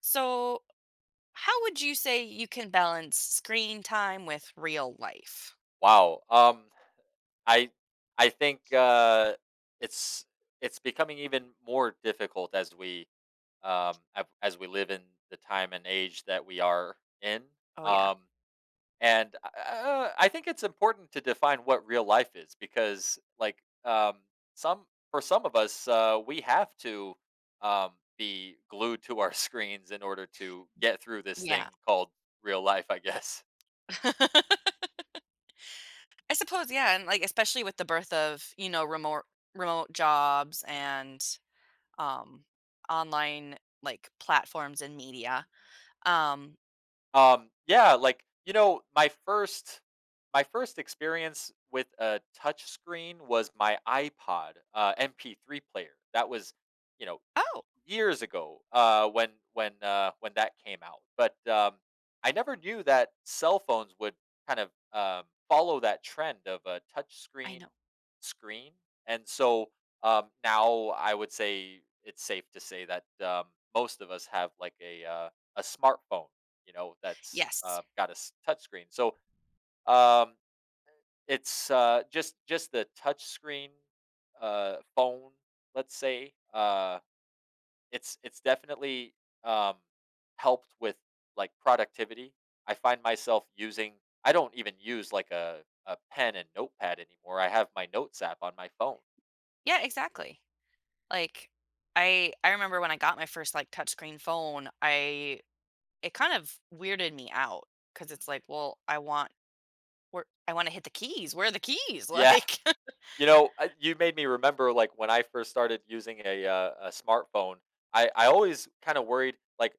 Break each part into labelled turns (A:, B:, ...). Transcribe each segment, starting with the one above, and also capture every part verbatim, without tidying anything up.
A: So, how would you say you can balance screen time with real life?
B: Wow. Um, I I think uh, it's it's becoming even more difficult as we um, av- as we live in the time and age that we are in.
A: Oh yeah.
B: Um, and uh, uh, I think it's important to define what real life is because, like, um, some for some of us, uh, we have to um, be glued to our screens in order to get through this
A: Yeah.
B: thing called real life. I guess.
A: I suppose yeah, and like especially with the birth of, you know, remote remote jobs and um online like platforms and media.
B: Mm-hmm.
A: Um
B: Um, yeah, like, you know, my first my first experience with a touch screen was my iPod, uh, M P three player. That was, you know,
A: oh,
B: years ago uh, when when uh, when that came out. But um, I never knew that cell phones would kind of um, follow that trend of a touch
A: I
B: screen
A: know.
B: screen. And so um, now I would say it's safe to say that um, most of us have like a uh, a smartphone, you know, that's
A: Yes.
B: uh, got a s- touch screen. So um, it's uh, just just the touch screen uh, phone, let's say. Uh, it's it's definitely, um, helped with, like, productivity. I find myself using I don't even use, like, a a pen and notepad anymore. I have my notes app on my phone.
A: Yeah, exactly. Like I I remember when I got my first like touchscreen phone, I it kind of weirded me out cuz
B: Mm.
A: it's like, well, I want Where I wanna hit the keys, where are the keys?
B: Yeah,
A: Like
B: you know, I you made me remember, like, when I first started using a, uh, a smartphone, I I always kinda worried, like,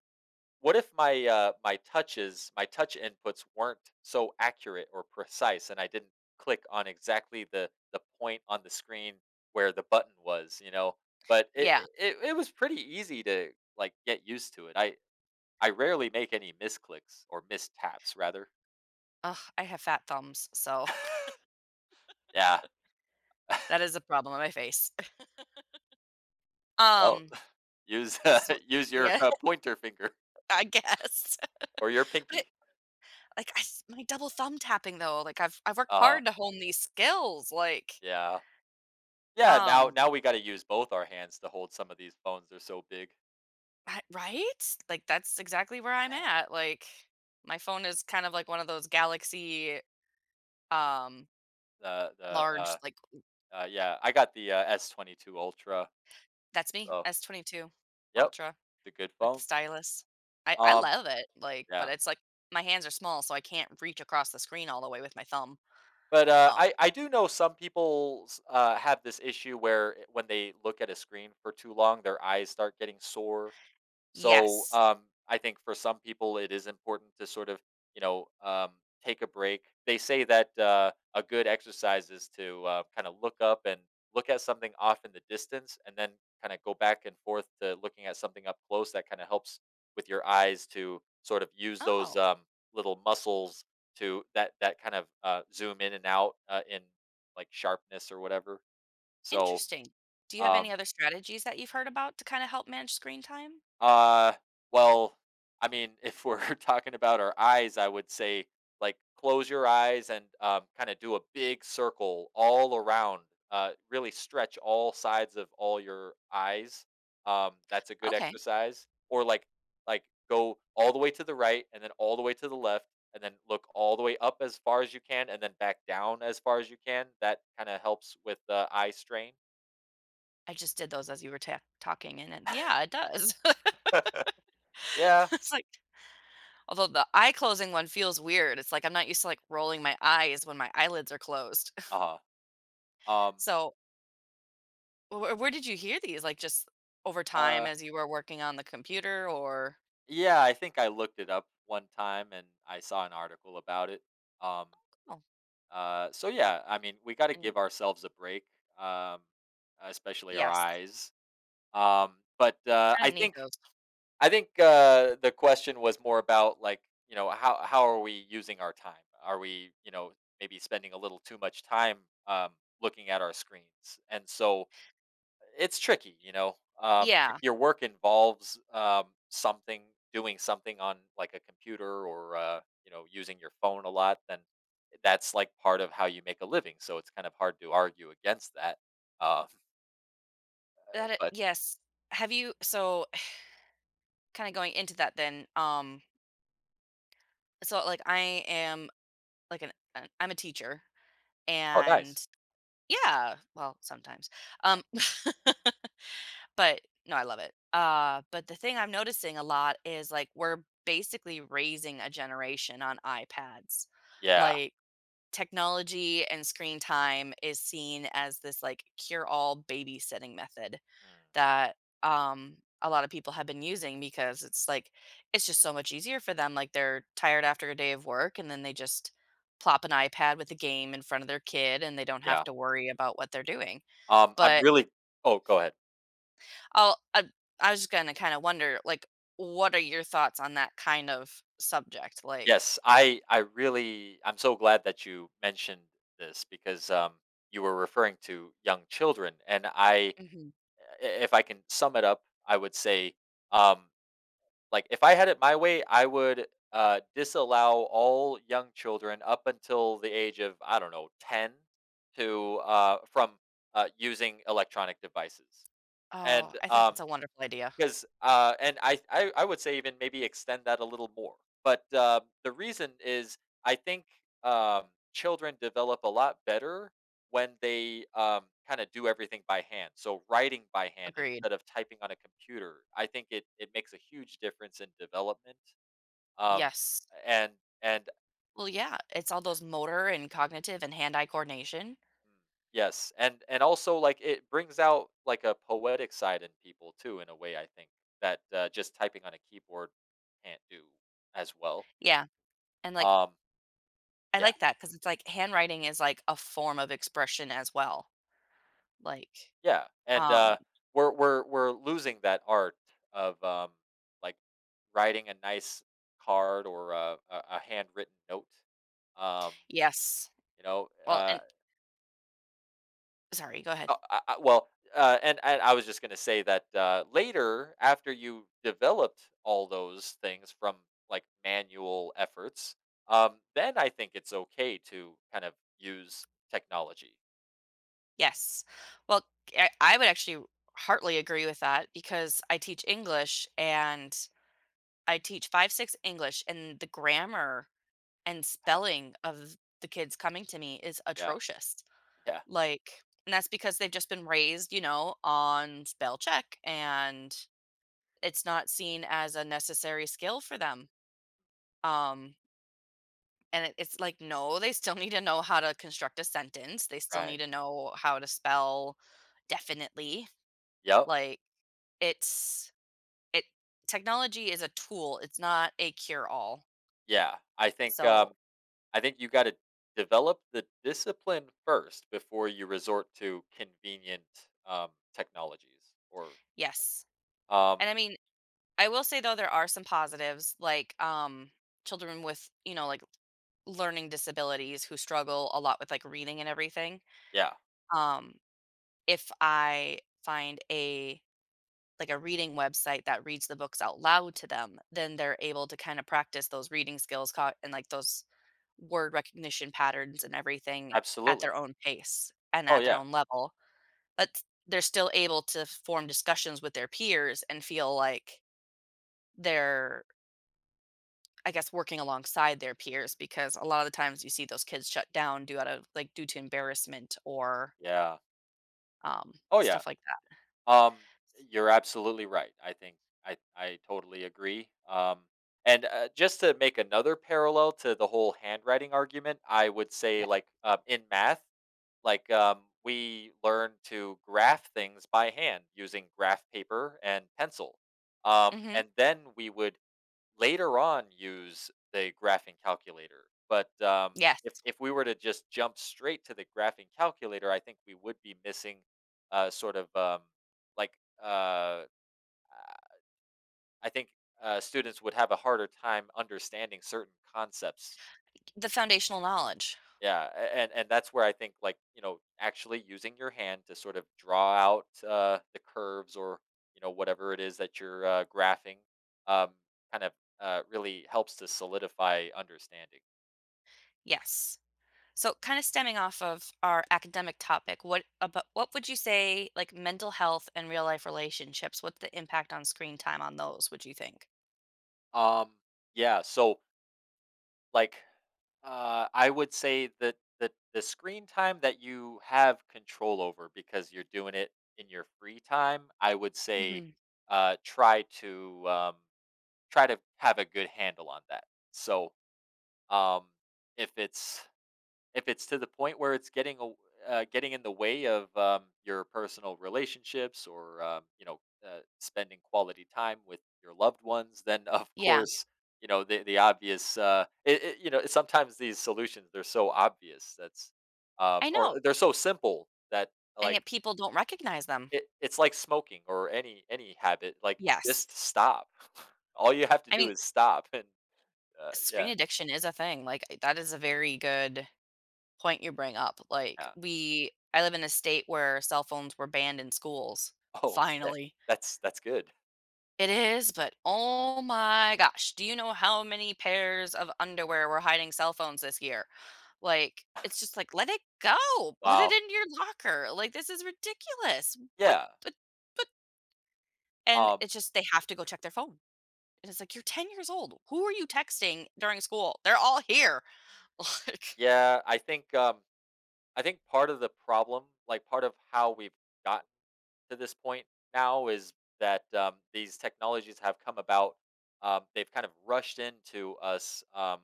B: what if my, uh, my touches my touch inputs weren't so accurate or precise, and I didn't click on exactly the the point on the screen where the button was, you know? But it
A: yeah.
B: it it was pretty easy to, like, get used to it. I I rarely make any misclicks, or mistaps, rather.
A: Ugh, I have fat thumbs, so
B: Yeah.
A: that is a problem on my face.
B: Well,
A: Um,
B: use uh,
A: this is what
B: use your,
A: yeah,
B: uh, pointer finger
A: I guess.
B: or your
A: But it
B: pinky.
A: like, I s my double thumb tapping though, like, I've I've worked
B: Uh-huh.
A: hard to hone these skills, like,
B: Yeah. Yeah, now
A: um
B: now we gotta use both our hands to hold some of these phones, they're so big.
A: I right? Like, that's exactly where I'm at, like, my phone is kind of like one of those Galaxy, um,
B: The the, uh
A: large, like
B: uh, yeah, I got the, uh, S twenty-two Ultra,
A: that's me,
B: so.
A: S twenty-two
B: Yep,
A: Ultra.
B: it's a good
A: With the
B: phone.
A: stylus. I I
B: Um,
A: love it, like, but
B: yeah,
A: it's like my hands are small, so I can't reach across the screen all the way with my thumb.
B: but, uh,
A: Oh,
B: I I do know some people uh, have this issue where, eh, when they look at a screen for too long, their eyes start getting sore. So,
A: yes.
B: um, I think for some people, it is important to sort of, you know, um, take a break. They say that uh, a good exercise is to uh, kind of look up and look at something off in the distance, and then kind of go back and forth to looking at something up close. That kind of helps with your eyes to sort of use those
A: Oh,
B: um, little muscles to that that kind of uh, zoom in and out uh, in like sharpness or whatever. So,
A: interesting. Do you have any
B: um,
A: other strategies that you've heard about to kinda help manage screen time?
B: Uh, well, I mean, if we're talking about our eyes, I would say like close your eyes and um, kind of do a big circle all around. Uh, really stretch all sides of all your eyes. Um, that's a good
A: Okay.
B: exercise. Or like like go all the way to the right and then all the way to the left, and then look all the way up as far as you can and then back down as far as you can. That kind of helps with the eye strain.
A: I just did those as you were ta talking, and it yeah, it does.
B: Yeah.
A: It's like although the eye-closing one feels weird, it's like I'm not used to, like, rolling my eyes when my eyelids are closed.
B: Uh huh. Um.
A: So, where where did you hear these? Like, just over time
B: Uh.
A: as you were working on the computer or
B: Yeah, I think I looked it up one time and I saw an article about it. Um,
A: oh,
B: uh, so yeah, I mean, we got to give ourselves a break, um, especially our
A: yes,
B: eyes. Um, but uh, I
A: kinda need
B: think
A: those.
B: I think uh, the question was more about like, you know, how how are we using our time? Are we, you know, maybe spending a little too much time um, looking at our screens? And so it's tricky, you know, um, if
A: Yeah,
B: your work involves, um, something doing something on, like, a computer, or, uh, you know, using your phone a lot, then that's, like, part of how you make a living, so it's kind of hard to argue against that, uh,
A: that it
B: but.
A: yes. Have you so kinda going into that then, um, so, like, I am, like, an an I'm a teacher,
B: Oh, nice.
A: and yeah, well, sometimes, um, but no, I love it. Uh, but the thing I'm noticing a lot is, like, we're basically raising a generation on iPads,
B: Yeah.
A: like technology and screen time is seen as this like cure all babysitting method
B: Mm,
A: that um a lot of people have been using because it's like it's just so much easier for them, like they're tired after a day of work and then they just plop an iPad with a game in front of their kid and they don't have
B: yeah.
A: to worry about what they're doing
B: Um, I'm
A: but
B: really Oh, go ahead.
A: I'll I, I was just going to kind of wonder like what are your thoughts on that kind of subject like
B: Yes, I I really I'm so glad that you mentioned this because, um, you were referring to young children, and I
A: mhm.
B: i- if I can sum it up, I would say, um, like if I had it my way, I would uh, disallow all young children up until the age of, I don't know, ten, to uh, from uh, using electronic devices,
A: Oh,
B: and
A: I think
B: um,
A: that's a wonderful idea.
B: because uh, and I, I I would say even maybe extend that a little more. But um, the reason is, I think um, children develop a lot better when they um, kind of do everything by hand. So writing by hand
A: Agreed.
B: instead of typing on a computer, I think it it makes a huge difference in development. Um,
A: Yes.
B: and and
A: Well, yeah, it's all those motor and cognitive and hand-eye coordination.
B: mm, yes, and and also like it brings out like a poetic side in people too, in a way, I think that uh, just typing on a keyboard can't do as well.
A: Yeah, and, like,
B: Um,
A: I
B: yeah,
A: like that because it's, like, handwriting is, like, a form of expression as well, like,
B: yeah, and,
A: um
B: uh, we're we're we're losing that art of, um, like, writing a nice card or a a a handwritten note, um,
A: yes.
B: you know,
A: Well,
B: uh,
A: and sorry, go ahead.
B: uh, uh, uh, well, uh, and and I was just gonna say that, uh, later, after you developed all those things from, like, manual efforts, um, then I think it's okay to kind of use technology.
A: Yes. Well, I I would actually heartily agree with that because I teach English and I teach five, six English, and the grammar and spelling of the kids coming to me is
B: Yeah,
A: atrocious.
B: yeah,
A: Like and that's because they've just been raised, you know, on spell check, and it's not seen as a necessary skill for them. Um, and it it's like, no, they still need to know how to construct a sentence, they still need
B: right.
A: to know how to spell definitely.
B: Yep,
A: Like, it's it technology is a tool, it's not a cure-all.
B: yeah, I think,
A: So,
B: um I think you got to develop the discipline first before you resort to convenient um, technologies. Or,
A: yes.
B: um,
A: And I mean, I will say, though, there are some positives, like, um, children with, you know, like, learning disabilities who struggle a lot with, like, reading and everything.
B: yeah,
A: Um, if I find a like, a reading website that reads the books out loud to them, then they're able to kinda practice those reading skills caught and, like, those word recognition patterns and everything at their
B: absolutely.
A: own pace and
B: Oh
A: at their
B: yeah,
A: own level. But they're still able to form discussions with their peers and feel like they're I guess working alongside their peers because a lot of the times you see those kids shut down due out of like due to embarrassment or
B: yeah.
A: um,
B: Oh yeah.
A: stuff like that.
B: Um, you're absolutely right. I think I I totally agree. Um, and uh, just to make another parallel to the whole handwriting argument, I would say like, uh, in math, like um, we learn to graph things by hand using graph paper and pencil.
A: Yeah.
B: Um,
A: Hmm.
B: and then we would later on use the graphing calculator. But um, if
A: Yes.
B: if we were to just jump straight to the graphing calculator, I think we would be missing uh, sort of um, like uh, I think uh, students would have a harder time understanding certain concepts.
A: The foundational knowledge.
B: Yeah, a- and and that's where I think, like, you know, actually using your hand to sort of draw out uh, the curves, or you know, whatever it is that you're uh, graphing, um, kind of uh, really helps to solidify understanding.
A: Yes. So kind of stemming off of our academic topic, what about what would you say like mental health and real life relationships? What's the impact on screen time on those? Would you think?
B: Um, yeah, so, like, uh, I would say that the the screen time that you have control over, because you're doing it in your free time, I would say,
A: Hmm.
B: uh, try to, um, try to have a good handle on that. So, um, if it's if it's to the point where it's getting a uh, getting in the way of, um, your personal relationships, or, um, you know, uh, spending quality time with your loved ones, then of
A: Yeah,
B: course, you know, the the obvious, uh, it it you know, sometimes these solutions, they're so obvious that's, um,
A: I
B: or
A: know,
B: they're so simple that,
A: and
B: like,
A: yet people don't recognize them.
B: it it's like smoking, or any any habit, like,
A: Yes,
B: just stop. All you have to
A: I
B: do
A: mean
B: is stop. And, uh,
A: screen
B: yeah,
A: addiction is a thing. Like that is a very good point you bring up. Like,
B: yeah.
A: we I live in a state where cell phones were banned in schools.
B: Oh, that
A: Finally.
B: that's that's good.
A: It is, but oh my gosh, do you know how many pairs of underwear were hiding cell phones this year? Like, it's just like, let it go. Put it
B: Wow.
A: in your locker. Like, this is ridiculous. What,
B: Yeah.
A: but, but, and
B: Um,
A: it's just, they have to go check their phone. And it's like, you're ten years old. Who are you texting during school? They're all here. Like,
B: yeah, I think, um, I think part of the problem, like part of how we've gotten to this point now, is that um, these technologies have come about. Um, they've kind of rushed into us um,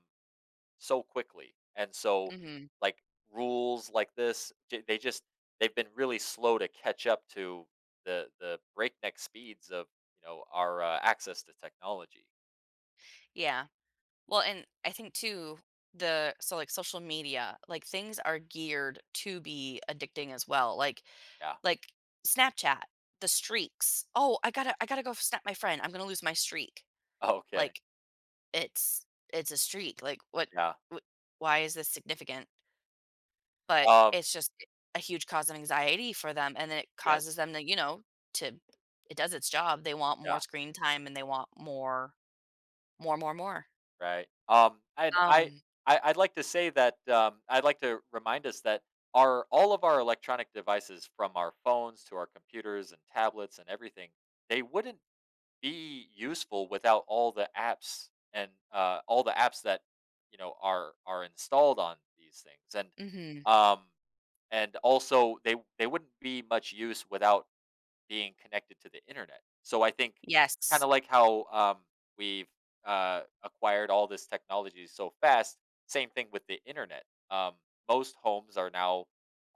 B: so quickly, and so
A: mhm.
B: like, rules like this, j- they just, they've been really slow to catch up to the the breakneck speeds of, you know, our uh, access to technology.
A: Yeah. Well, and I think too, the so like social media, like things are geared to be addicting as well. Like
B: Yeah.
A: like Snapchat, the streaks. Oh, I gotta I gotta go snap my friend. I'm gonna lose my streak.
B: Okay.
A: Like it's it's a streak. Like what,
B: Yeah.
A: what why is this significant? But
B: Um,
A: it's just a huge cause of anxiety for them, and then it causes
B: yes.
A: them to you know to it does its job. They want more
B: Yeah.
A: screen time and they want more, more, more, more.
B: Right. Um, and I,
A: Um.
B: I, I'd like to say that um, I'd like to remind us that our all of our electronic devices, from our phones to our computers and tablets and everything, they wouldn't be useful without all the apps, and uh, all the apps that you know are are installed on these things, and
A: Hmm.
B: um, and also they they wouldn't be much use without being connected to the internet. So I think kind
A: Yes.
B: of like how um, we've uh, acquired all this technology so fast, same thing with the internet. Um, most homes are now,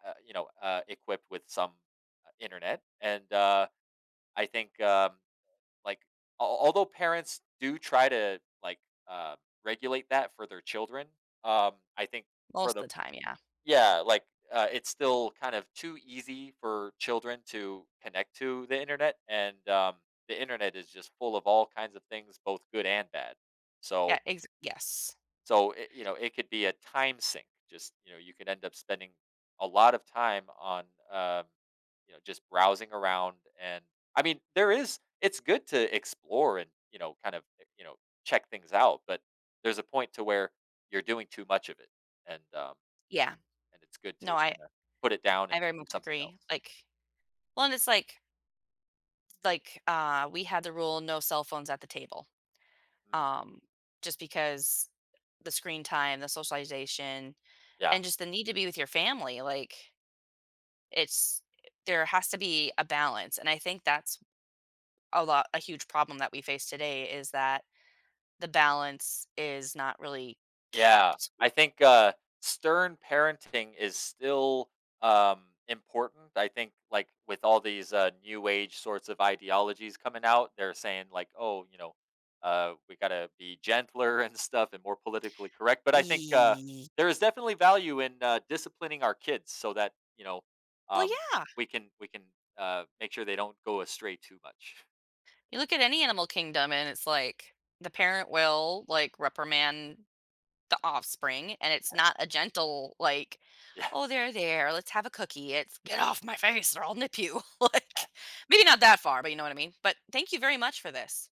B: uh, you know, uh, equipped with some uh, internet, and uh, I think um, like al- although parents do try to like uh, regulate that for their children, um, I think for
A: Most
B: the
A: of the time, yeah.
B: yeah, like, uh, it's still kind of too easy for children to connect to the internet, and, um, the internet is just full of all kinds of things, both good and bad.
A: Yeah,
B: So
A: ex yes.
B: so it, you know, it could be a time sink. Just, you know, you could end up spending a lot of time on, um, you know, just browsing around, and I mean, there is, it's good to explore and, you know, kind of, eh, you know, check things out, but there's a point to where you're doing too much of it, and, um
A: Yeah.
B: and it's good
A: No,
B: to
A: I
B: kinda put it down
A: I
B: and
A: very
B: do
A: much
B: something
A: agree.
B: else.
A: Like well, and it's like like, uh, we had the rule, no cell phones at the table,
B: Mm.
A: um, just because the screen time, the socialization,
B: Yeah.
A: and just the need to be with your family, like, it's there has to be a balance, and I think that's a lot a huge problem that we face today is that the balance is not really
B: Yeah.
A: kept.
B: I think, uh, stern parenting is still, um, important. I think, like, with all these, uh, new age sorts of ideologies coming out, they're saying, like, "Oh, you know, uh, we gotta be gentler and stuff and more politically correct." But I think, uh,
A: Ye
B: there is definitely value in, uh, disciplining our kids, so that, you know,
A: well,
B: um,
A: yeah.
B: we can we can, uh, make sure they don't go astray too much.
A: You look at any animal kingdom and it's like the parent will like reprimand the offspring and it's not a gentle like,
B: Yeah.
A: "Oh, there, there, let's have a cookie." It's, "Get off my face or I'll nip you." Like maybe not that far, but you know what I mean? But thank you very much for this.